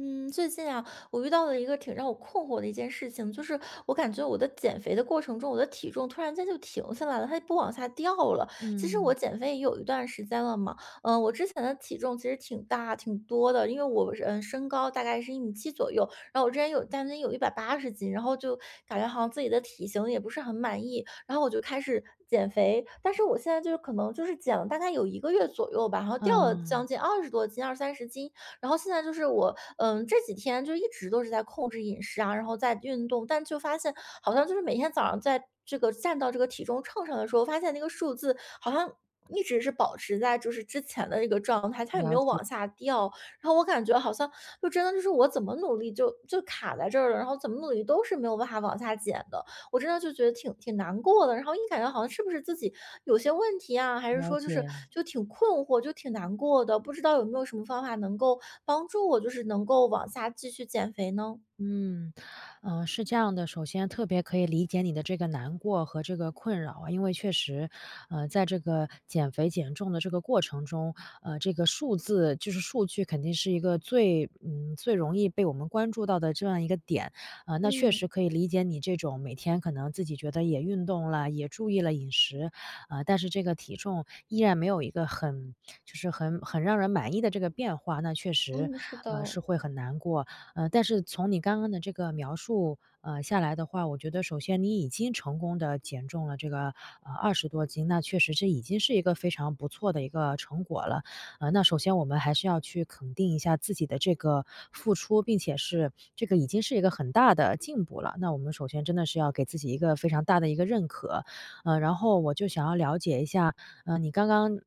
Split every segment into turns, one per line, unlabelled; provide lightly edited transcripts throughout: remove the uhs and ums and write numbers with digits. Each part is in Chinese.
嗯，最近啊，我遇到了一个挺让我困惑的一件事情，就是我感觉我的减肥的过程中，我的体重突然间就停下来了，它不往下掉了。其实我
嗯，
减肥也有一段时间了嘛，我之前的体重其实挺大、挺多的，因为我身高大概是1.7米左右，然后我之前有将近有180斤，然后就感觉好像自己的体型也不是很满意，然后我就开始减肥，但是我现在就是可能就是减了大概有1个月左右吧，然后掉了
嗯，
将近20多斤、二三十斤。然后现在就是我，这几天就一直都是在控制饮食啊，然后在运动，但就发现好像就是每天早上在这个站到这个体重秤上的时候，发现那个数字好像一直是保持在就是之前的这个状态，它也没
了
有
解
往下掉。然后我感觉好像就真的就是我怎么努力就卡在这儿了，然后怎么努力都是没有办法往下减的。我真的就觉得挺难过的，然后一感觉好像是不是自己有些问题啊，还是
了
说就是
解。
就挺困惑，就挺难过的，不知道有没有什么方法能够帮助我，就是能够往下继续减肥呢？
嗯，是这样的。首先特别可以理解你的这个难过和这个困扰啊，因为确实，在这个减肥减重的这个过程中，这个数字就是数据肯定是一个最最容易被我们关注到的这样一个点啊。那确实
嗯
可以理解你这种每天可能自己觉得也运动了，也注意了饮食啊，但是这个体重依然没有一个很就是很让人满意的这个变化。那确实，
嗯，是的。
是会很难过。但是从你刚刚的这个描述，下来的话，我觉得首先你已经成功的减重了这个，二十多斤，那确实这已经是一个非常不错的一个成果了。那首先我们还是要去肯定一下自己的这个付出，并且是这个已经是一个很大的进步了，那我们首先真的是要给自己一个非常大的一个认可。然后我就想要了解一下，你刚刚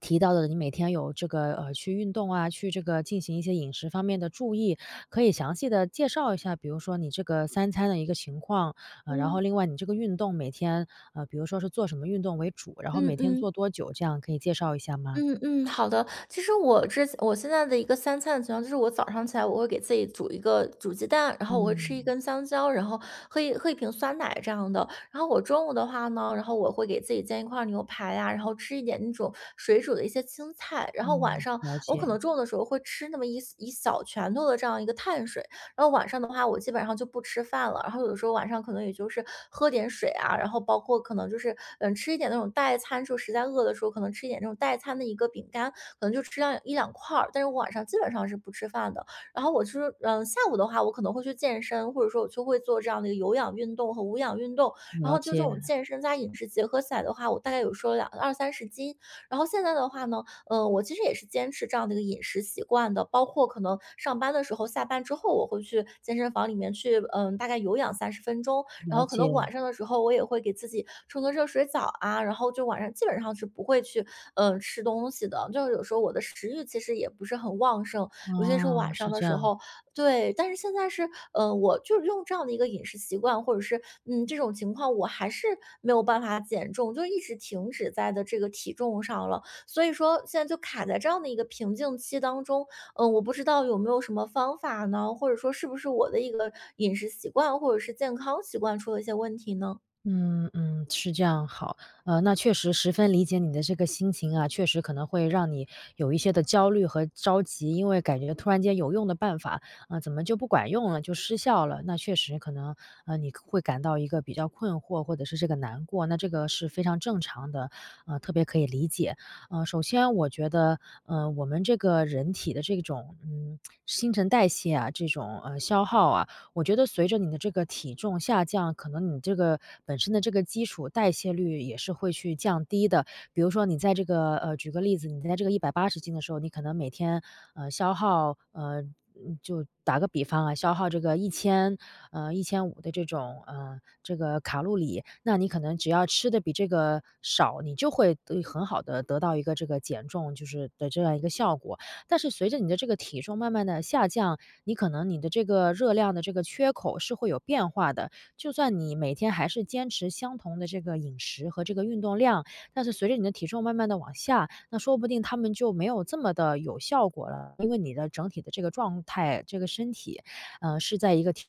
提到的，你每天有这个去运动啊，去这个进行一些饮食方面的注意，可以详细的介绍一下，比如说你这个三餐的一个情况，然后
嗯
另外你这个运动每天比如说是做什么运动为主，然后每
嗯
天做
嗯。
多久，这样可以介绍一下吗？
嗯嗯，好的。其实我之前我现在的一个三餐的情况，就是我早上起来我会给自己煮一个煮鸡蛋，然后我会吃一
嗯
根香蕉，然后喝一瓶酸奶这样的。然后我中午的话呢，然后我会给自己煎一块牛排呀、然后吃一点那种水煮的一些青菜。然后
嗯，了
我可
解
能中午的时候会吃那么一小拳头的这样一个碳水。然后晚上的话，我基本上就不吃饭了，然后有的时候晚上可能也就是喝点水啊，然后包括可能就是吃一点那种代餐，就实在饿的时候可能吃一点那种代餐的一个饼干，可能就吃上一两块儿，但是我晚上基本上是不吃饭的。然后我就是下午的话，我可能会去健身，或者说我就会做这样的一个有氧运动和无氧运动，然
了
后就这种
解
健身加饮食结合起来的话，我大概有说二三十斤。然后现在的话呢，我其实也是坚持这样的一个饮食习惯的，包括可能上班的时候，下班之后我会去健身房里面去，大概有氧30分钟，然
了
后可能
解，
晚上的时候我也会给自己冲个热水澡啊，然后就晚上基本上是不会去，吃东西的。就是有时候我的食欲其实也不是很旺盛，尤其是
哦，
晚上
是
的
这
时
样。
候，对。但是现在是，我就是用这样的一个饮食习惯，或者是这种情况，我还是没有办法减重，就一直停止在的这个体重上了。所以说现在就卡在这样的一个瓶颈期当中，我不知道有没有什么方法呢？或者说是不是我的一个饮食习惯或者是健康习惯出了一些问题呢？
嗯嗯，是这样，好。那确实十分理解你的这个心情啊，确实可能会让你有一些的焦虑和着急，因为感觉突然间有用的办法，怎么就不管用了，就失效了？那确实可能，你会感到一个比较困惑，或者是这个难过，那这个是非常正常的，特别可以理解。首先我觉得，我们这个人体的这种，嗯，新陈代谢啊，这种消耗啊。我觉得随着你的这个体重下降，可能你这个本身的这个基础代谢率也是会去降低的。比如说你在这个举个例子，你在这个180斤的时候，你可能每天，呃，消耗呃，嗯就打个比方啊，消耗这个一千1500的这种，这个卡路里，那你可能只要吃的比这个少，你就会得很好的得到一个这个减重就是的这样一个效果。但是随着你的这个体重慢慢的下降，你可能你的这个热量的这个缺口是会有变化的。就算你每天还是坚持相同的这个饮食和这个运动量，但是随着你的体重慢慢的往下，那说不定他们就没有这么的有效果了。因为你的整体的这个状态，这个身体，呃，是在一个提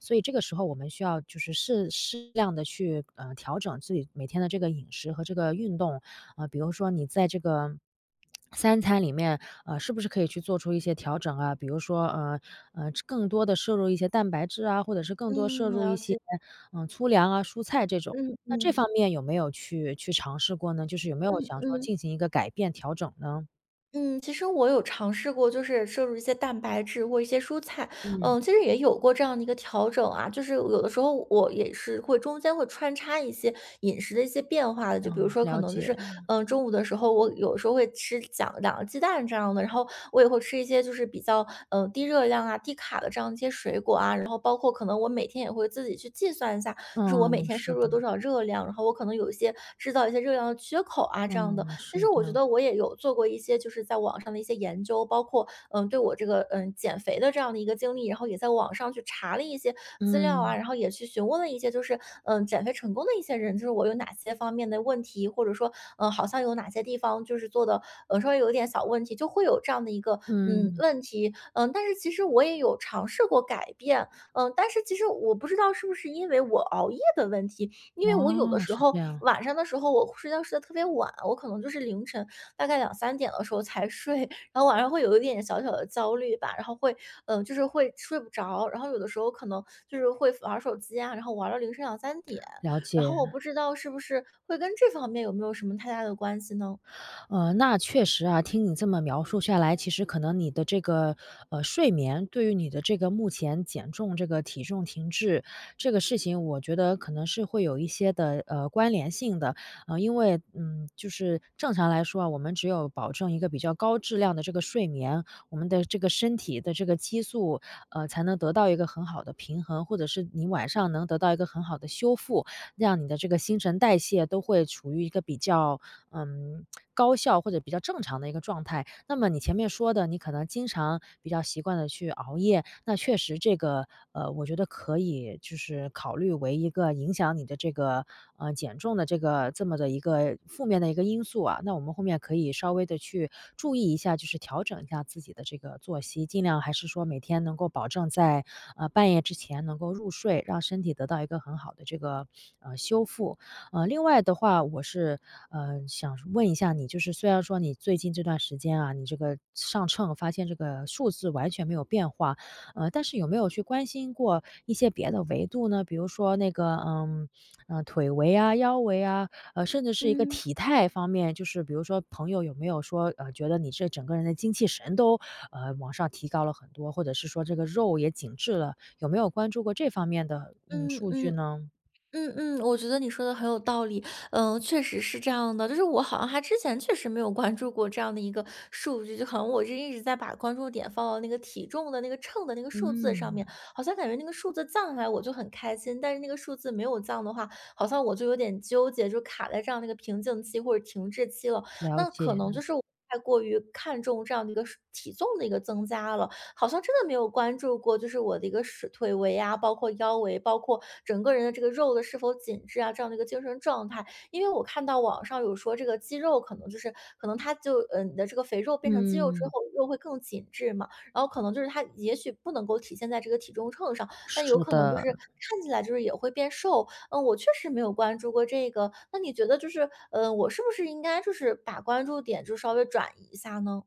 所以这个时候我们需要就是适量的去，调整自己每天的这个饮食和这个运动。比如说你在这个三餐里面，是不是可以去做出一些调整啊？比如说，更多的摄入一些蛋白质啊，或者是更多摄
嗯，
入一
了
些，
解，
嗯，粗粮啊、蔬菜这种。
嗯
那这方
嗯
面有没有去尝试过呢？就是有没
嗯
有想说
嗯。
进行一个改变调整呢？
嗯，其实我有尝试过，就是摄入一些蛋白质或一些蔬菜，
嗯，
其实也有过这样的一个调整啊，就是有的时候我也是会中间会穿插一些饮食的一些变化的，就比
嗯，
如说可
了
能就
解。
是，中午的时候我有时候会吃2个鸡蛋这样的，然后我也会吃一些就是比较低热量啊、低卡的这样一些水果啊，然后包括可能我每天也会自己去计算一下就是我每
嗯，
天摄
是
入了
的。
多少热量，然后我可能有一些制造一些热量的缺口啊这样的。
嗯，
其
是
实我觉
的。
得我也有做过一些就是在网上的一些研究，包括对我这个减肥的这样的一个经历，然后也在网上去查了一些资料啊，
嗯，
然后也去询问了一些就是减肥成功的一些人，就是我有哪些方面的问题，或者说好像有哪些地方就是做的稍微有一点小问题，就会有这样的一个
嗯。
问题，但是其实我也有尝试过改变，但是其实我不知道是不是因为我熬夜的问题，因为我有的
哦，
时
是
候
这样，
晚上的时候我睡觉睡得特别晚，我可能就是凌晨大概两三点的时候才睡，然后晚上会有一点小小的焦虑吧，然后会，就是会睡不着，然后有的时候可能就是会玩手机啊，然后玩到凌晨两三点，
了
然后
解。
我不知道是不是会跟这方面有没有什么太大的关系呢？
那确实啊，听你这么描述下来，其实可能你的这个睡眠对于你的这个目前减重这个体重停滞这个事情，我觉得可能是会有一些的关联性的。因为嗯，就是正常来说啊，我们只有保证一个比较高质量的这个睡眠，我们的这个身体的这个激素才能得到一个很好的平衡，或者是你晚上能得到一个很好的修复，让你的这个新陈代谢都会处于一个比较嗯，高效或者比较正常的一个状态。那么你前面说的，你可能经常比较习惯的去熬夜，那确实这个，我觉得可以就是考虑为一个影响你的这个，减重的这个这么的一个负面的一个因素啊。那我们后面可以稍微的去注意一下，就是调整一下自己的这个作息，尽量还是说每天能够保证在，半夜之前能够入睡，让身体得到一个很好的这个，修复。另外的话，我是，想问一下你，就是虽然说你最近这段时间啊，你这个上秤发现这个数字完全没有变化，但是有没有去关心过一些别的维度呢？比如说那个，腿围啊、腰围啊，甚至是一个
嗯。
体态方面，就是比如说朋友有没有说，觉得你这整个人的精气神都，往上提高了很多，或者是说这个肉也紧致了，有没有关注过这方面的，嗯，
嗯
数据
嗯。
呢？
嗯嗯，我觉得你说的很有道理，确实是这样的。就是我好像之前确实没有关注过这样的一个数据，就好像我是一直在把关注点放到那个体重的那个秤的那个数字上面，
嗯，
好像感觉那个数字降下来我就很开心，但是那个数字没有降的话，好像我就有点纠结，就卡在这样的一个瓶颈期或者停滞期了。
了
那可
解。
能就是我太过于看重这样的一个体重的一个增加了，好像真的没有关注过，就是我的一个是腿围啊，包括腰围，包括整个人的这个肉的是否紧致啊，这样的一个精神状态。因为我看到网上有说这个肌肉可能它就你的这个肥肉变成肌肉之
嗯，
后，肉会更紧致嘛，然后可能就是它也许不能够体现在这个体重秤上，但有
是
可能就
的。
是看起来就是也会变瘦。嗯，我确实没有关注过这个，那你觉得就是我是不是应该就是把关注点就稍微转移一下呢？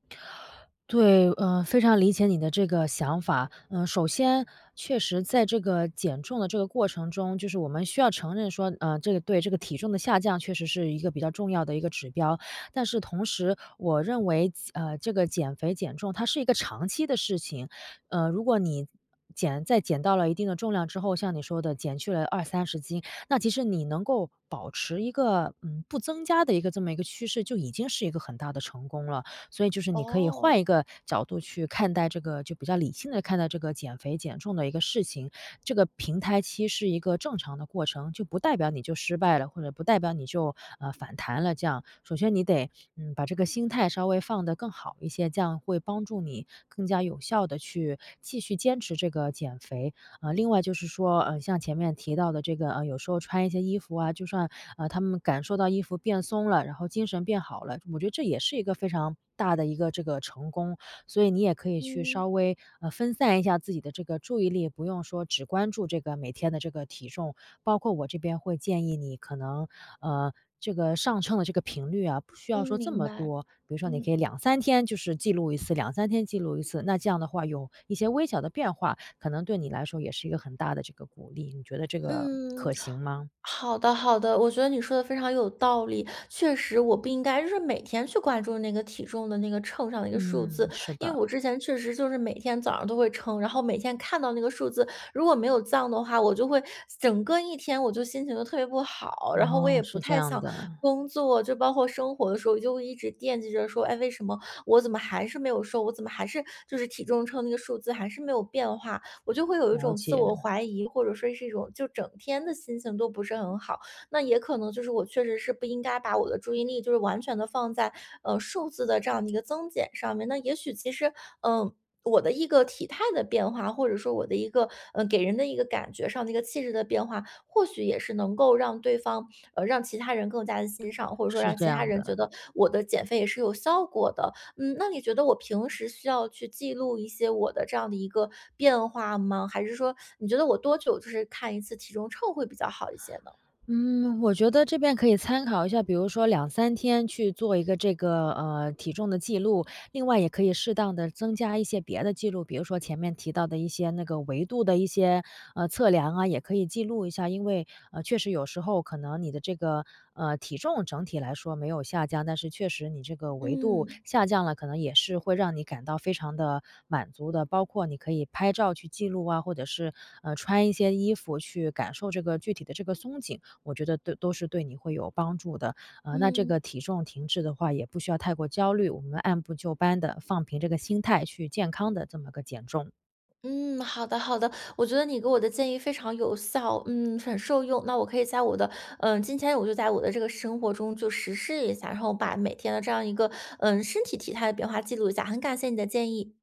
对，非常理解你的这个想法。嗯，首先确实在这个减重的这个过程中，就是我们需要承认说，这个对这个体重的下降确实是一个比较重要的一个指标。但是同时，我认为，这个减肥减重它是一个长期的事情。如果你减到了一定的重量之后，像你说的减去了二三十斤，那其实你能够保持一个，嗯，不增加的一个这么一个趋势，就已经是一个很大的成功了。所以就是你可以换
哦，
一个角度去看待这个就比较理性的看待这个减肥减重的一个事情。这个平台期是一个正常的过程，就不代表你就失败了，或者不代表你就，反弹了这样。首先你得，嗯，把这个心态稍微放得更好一些，这样会帮助你更加有效的去继续坚持这个减肥。啊，另外就是说，像前面提到的这个，有时候穿一些衣服啊，就算，他们感受到衣服变松了，然后精神变好了，我觉得这也是一个非常大的一个这个成功。所以你也可以去
嗯。
稍微，分散一下自己的这个注意力，不用说只关注这个每天的这个体重。包括我这边会建议你可能，呃，这个上秤的这个频率啊，不需要
嗯，
说这
明
么
白。
多。比如说你可
嗯
以两三天就是记录一次两三天记录一次，那这样的话有一些微小的变化，可能对你来说也是一个很大的这个鼓励。你觉得这个
嗯，
可行吗？
好的好的，我觉得你说的非常有道理。确实，我不应该就是每天去关注那个体重的那个秤上的一个数
嗯，
字，
是
因为
的。
我之前确实就是每天早上都会称，然后每天看到那个数字，如果没有降的话，我就会整个一天我就心情就特别不好，然后我
哦，
也不
是这
太
样
想
的，
工作，就包括生活的时候，我就会一直惦记着说，哎，为什么我怎么还是没有瘦，我怎么还是就是体重秤那个数字还是没有变化，我就会有一
了
种自
解，
我怀疑，或者说是一种就整天的心情都不是很好。那也可能就是我确实是不应该把我的注意力就是完全的放在数字的这样的一个增减上面。那也许其实嗯。我的一个体态的变化，或者说我的一个给人的一个感觉上的一个气质的变化，或许也是能够让对方让其他人更加的欣赏，或者说
是
让
这
其他
样
人
的。
觉得我的减肥也是有效果的。嗯，那你觉得我平时需要去记录一些我的这样的一个变化吗？还是说你觉得我多久就是看一次体重秤会比较好一些呢？
嗯，我觉得这边可以参考一下，比如说两三天去做一个这个，体重的记录，另外也可以适当的增加一些别的记录，比如说前面提到的一些那个维度的一些，测量啊，也可以记录一下。因为，确实有时候可能你的这个，体重整体来说没有下降，但是确实你这个维度
嗯
下降了，可能也是会让你感到非常的满足的。包括你可以拍照去记录啊，或者是，穿一些衣服去感受这个具体的这个松紧。我觉得都是对你会有帮助的。那这
嗯
个体重停滞的话，也不需要太过焦虑，我们按部就班的放平这个心态去健康的这么个减重。
嗯，好的好的，我觉得你给我的建议非常有效，很受用。那我可以在我的今天我就在我的这个生活中就实施一下，然后把每天的这样一个身体体态的变化记录一下。很感谢你的建议。